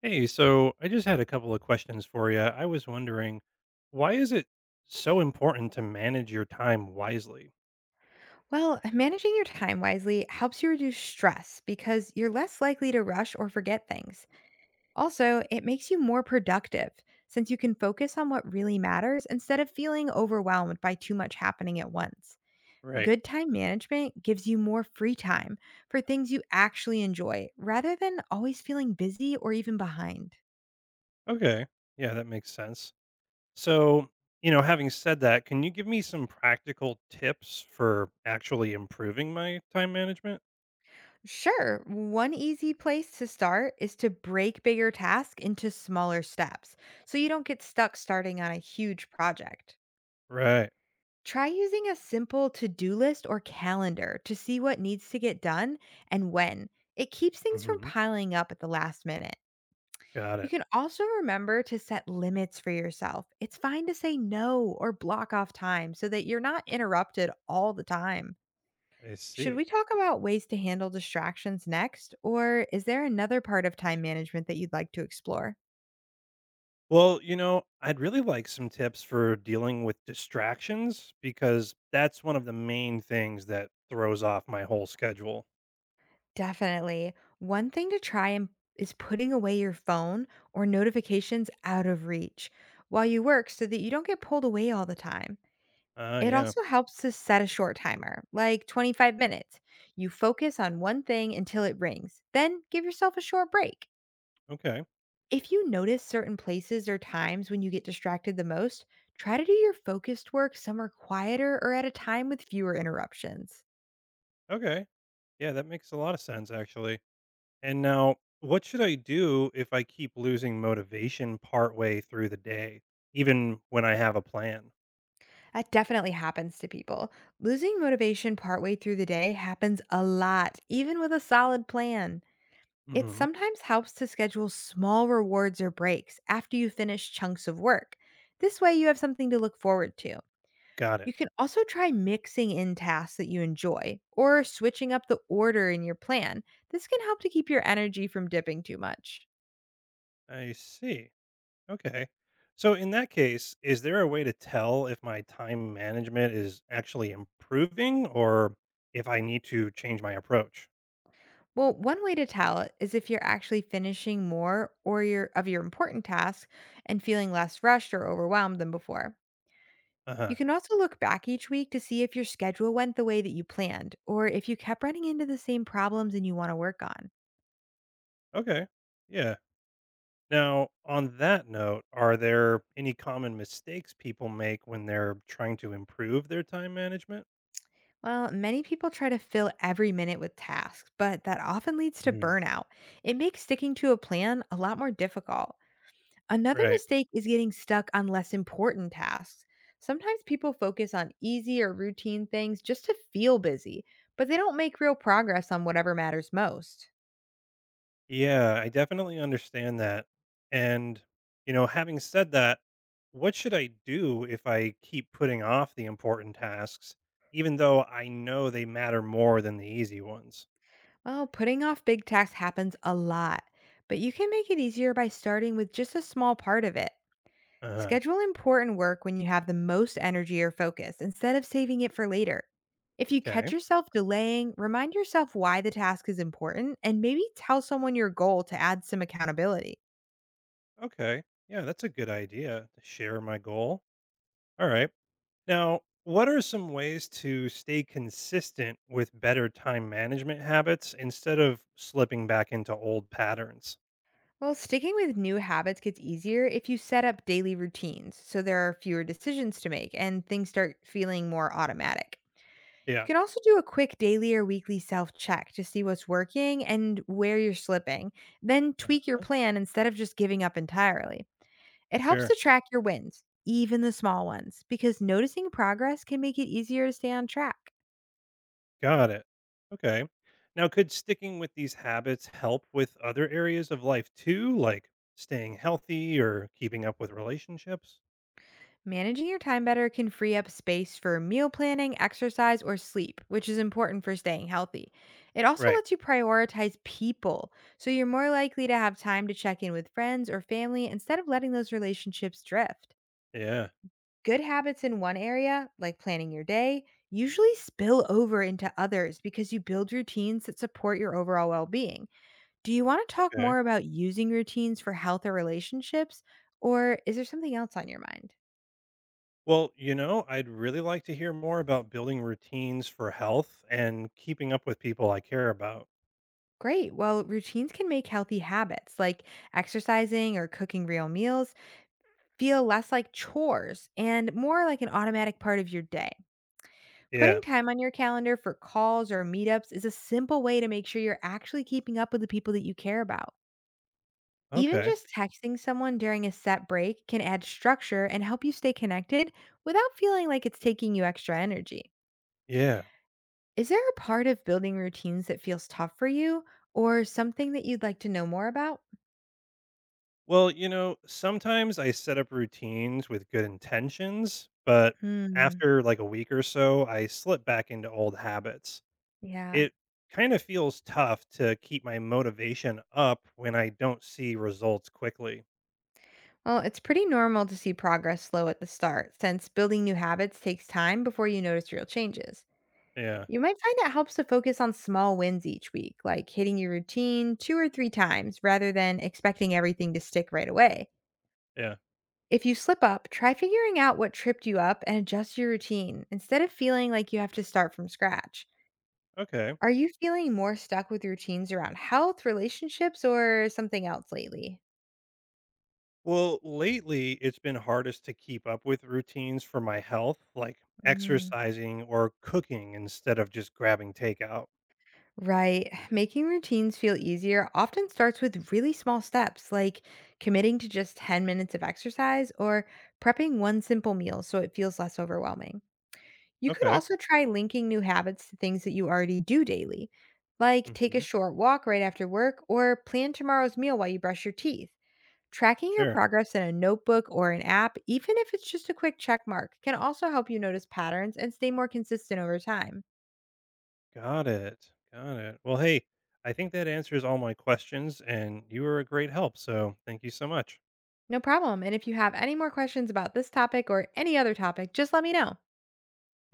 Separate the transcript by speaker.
Speaker 1: Hey, so I just had a couple of questions for you. I was wondering, why is it so important to manage your time wisely?
Speaker 2: Well, managing your time wisely helps you reduce stress because you're less likely to rush or forget things. Also, it makes you more productive since you can focus on what really matters instead of feeling overwhelmed by too much happening at once.
Speaker 1: Right.
Speaker 2: Good time management gives you more free time for things you actually enjoy rather than always feeling busy or even behind.
Speaker 1: Okay. Yeah, that makes sense. So, having said that, can you give me some practical tips for actually improving my time management?
Speaker 2: Sure, one easy place to start is to break bigger tasks into smaller steps so you don't get stuck starting on a huge project.
Speaker 1: Right.
Speaker 2: Try using a simple to do list or calendar to see what needs to get done and when. It keeps things from
Speaker 1: Hmm.
Speaker 2: piling up at the last minute.
Speaker 1: Got
Speaker 2: You
Speaker 1: it.
Speaker 2: can also remember to set limits for yourself. It's fine to say no or block off time so that you're not interrupted all the time.
Speaker 1: I
Speaker 2: Should
Speaker 1: see.
Speaker 2: we talk about ways to handle distractions next, or is there another part of time management that you'd like to explore?
Speaker 1: Well, I'd really like some tips for dealing with distractions because that's one of the main things that throws off my whole schedule.
Speaker 2: Definitely. One thing to try and is putting away your phone or notifications out of reach while you work so that you don't get pulled away all the time.
Speaker 1: Ah,
Speaker 2: It
Speaker 1: yeah.
Speaker 2: also helps to set a short timer, like 25 minutes. You focus on one thing until it rings, then give yourself a short break.
Speaker 1: Okay.
Speaker 2: If you notice certain places or times when you get distracted the most, try to do your focused work somewhere quieter or at a time with fewer interruptions.
Speaker 1: Okay. Yeah, that makes a lot of sense actually. And now, what should I do if I keep losing motivation partway through the day, even when I have a plan?
Speaker 2: That definitely happens to people. Losing motivation partway through the day happens a lot, even with a solid plan. It
Speaker 1: Hmm.
Speaker 2: sometimes helps to schedule small rewards or breaks after you finish chunks of work. This way, you have something to look forward to.
Speaker 1: Got it.
Speaker 2: You can also try mixing in tasks that you enjoy or switching up the order in your plan. This can help to keep your energy from dipping too much.
Speaker 1: I see. Okay. So in that case, is there a way to tell if my time management is actually improving or if I need to change my approach?
Speaker 2: Well, one way to tell is if you're actually finishing more or your of your important tasks and feeling less rushed or overwhelmed than before.
Speaker 1: Uh
Speaker 2: You
Speaker 1: huh.
Speaker 2: can also look back each week to see if your schedule went the way that you planned or if you kept running into the same problems and you want to work on.
Speaker 1: Okay. Yeah. Now, on that note, are there any common mistakes people make when they're trying to improve their time management?
Speaker 2: Well, many people try to fill every minute with tasks, but that often leads to
Speaker 1: Mhm.
Speaker 2: burnout. It makes sticking to a plan a lot more difficult. Another
Speaker 1: Right.
Speaker 2: mistake is getting stuck on less important tasks. Sometimes people focus on easy or routine things just to feel busy, but they don't make real progress on whatever matters most.
Speaker 1: Yeah, I definitely understand that. And, having said that, what should I do if I keep putting off the important tasks, even though I know they matter more than the easy ones?
Speaker 2: Well, putting off big tasks happens a lot, but you can make it easier by starting with just a small part of it.
Speaker 1: Uh huh.
Speaker 2: Schedule important work when you have the most energy or focus instead of saving it for later. If you
Speaker 1: Okay.
Speaker 2: catch yourself delaying, remind yourself why the task is important and maybe tell someone your goal to add some accountability.
Speaker 1: Okay. Yeah, that's a good idea to share my goal. All right. Now, what are some ways to stay consistent with better time management habits instead of slipping back into old patterns?
Speaker 2: Well, sticking with new habits gets easier if you set up daily routines so there are fewer decisions to make and things start feeling more automatic. You
Speaker 1: Yeah,
Speaker 2: can also do a quick daily or weekly self check to see what's working and where you're slipping, then
Speaker 1: uh,
Speaker 2: tweak your plan instead of just giving up entirely. It helps
Speaker 1: sure.
Speaker 2: to track your wins, even the small ones, because noticing progress can make it easier to stay on track.
Speaker 1: Got it. Okay. Now, could sticking with these habits help with other areas of life too, like staying healthy or keeping up with relationships?
Speaker 2: Managing your time better can free up space for meal planning, exercise, or sleep, which is important for staying healthy. It also
Speaker 1: Right.
Speaker 2: lets you prioritize people, so you're more likely to have time to check in with friends or family instead of letting those relationships drift.
Speaker 1: Yeah.
Speaker 2: Good habits in one area, like planning your day, usually spill over into others because you build routines that support your overall well being. Do you want to talk
Speaker 1: Okay.
Speaker 2: more about using routines for health or relationships, or is there something else on your mind?
Speaker 1: Well, I'd really like to hear more about building routines for health and keeping up with people I care about.
Speaker 2: Great. Well, routines can make healthy habits like exercising or cooking real meals feel less like chores and more like an automatic part of your day.
Speaker 1: Yeah.
Speaker 2: Putting time on your calendar for calls or meetups is a simple way to make sure you're actually keeping up with the people that you care about. Even
Speaker 1: Okay.
Speaker 2: just texting someone during a set break can add structure and help you stay connected without feeling like it's taking you extra energy.
Speaker 1: Yeah.
Speaker 2: Is there a part of building routines that feels tough for you or something that you'd like to know more about?
Speaker 1: Well, sometimes I set up routines with good intentions, but
Speaker 2: Hmm.
Speaker 1: after like a week or so, I slip back into old habits.
Speaker 2: Yeah.
Speaker 1: It kind of feels tough to keep my motivation up when I don't see results quickly.
Speaker 2: Well, it's pretty normal to see progress slow at the start, since building new habits takes time before you notice real changes.
Speaker 1: Yeah.
Speaker 2: You might find it helps to focus on small wins each week, like hitting your routine two or three times rather than expecting everything to stick right away.
Speaker 1: Yeah.
Speaker 2: If you slip up, try figuring out what tripped you up and adjust your routine instead of feeling like you have to start from scratch.
Speaker 1: Okay.
Speaker 2: Are you feeling more stuck with routines around health, relationships, or something else lately?
Speaker 1: Well, lately it's been hardest to keep up with routines for my health, like
Speaker 2: Mm-hmm.
Speaker 1: exercising or cooking instead of just grabbing takeout.
Speaker 2: Right. Making routines feel easier often starts with really small steps, like committing to just 10 minutes of exercise or prepping one simple meal so it feels less overwhelming. You could
Speaker 1: Okay.
Speaker 2: also try linking new habits to things that you already do daily, like take a
Speaker 1: Mhm.
Speaker 2: short walk right after work or plan tomorrow's meal while you brush your teeth. Tracking your
Speaker 1: Sure.
Speaker 2: progress in a notebook or an app, even if it's just a quick check mark, can also help you notice patterns and stay more consistent over time.
Speaker 1: Got it. Got it. Well, hey, I think that answers all my questions, and you were a great help. So thank you so much.
Speaker 2: No problem. And if you have any more questions about this topic or any other topic, just let me know.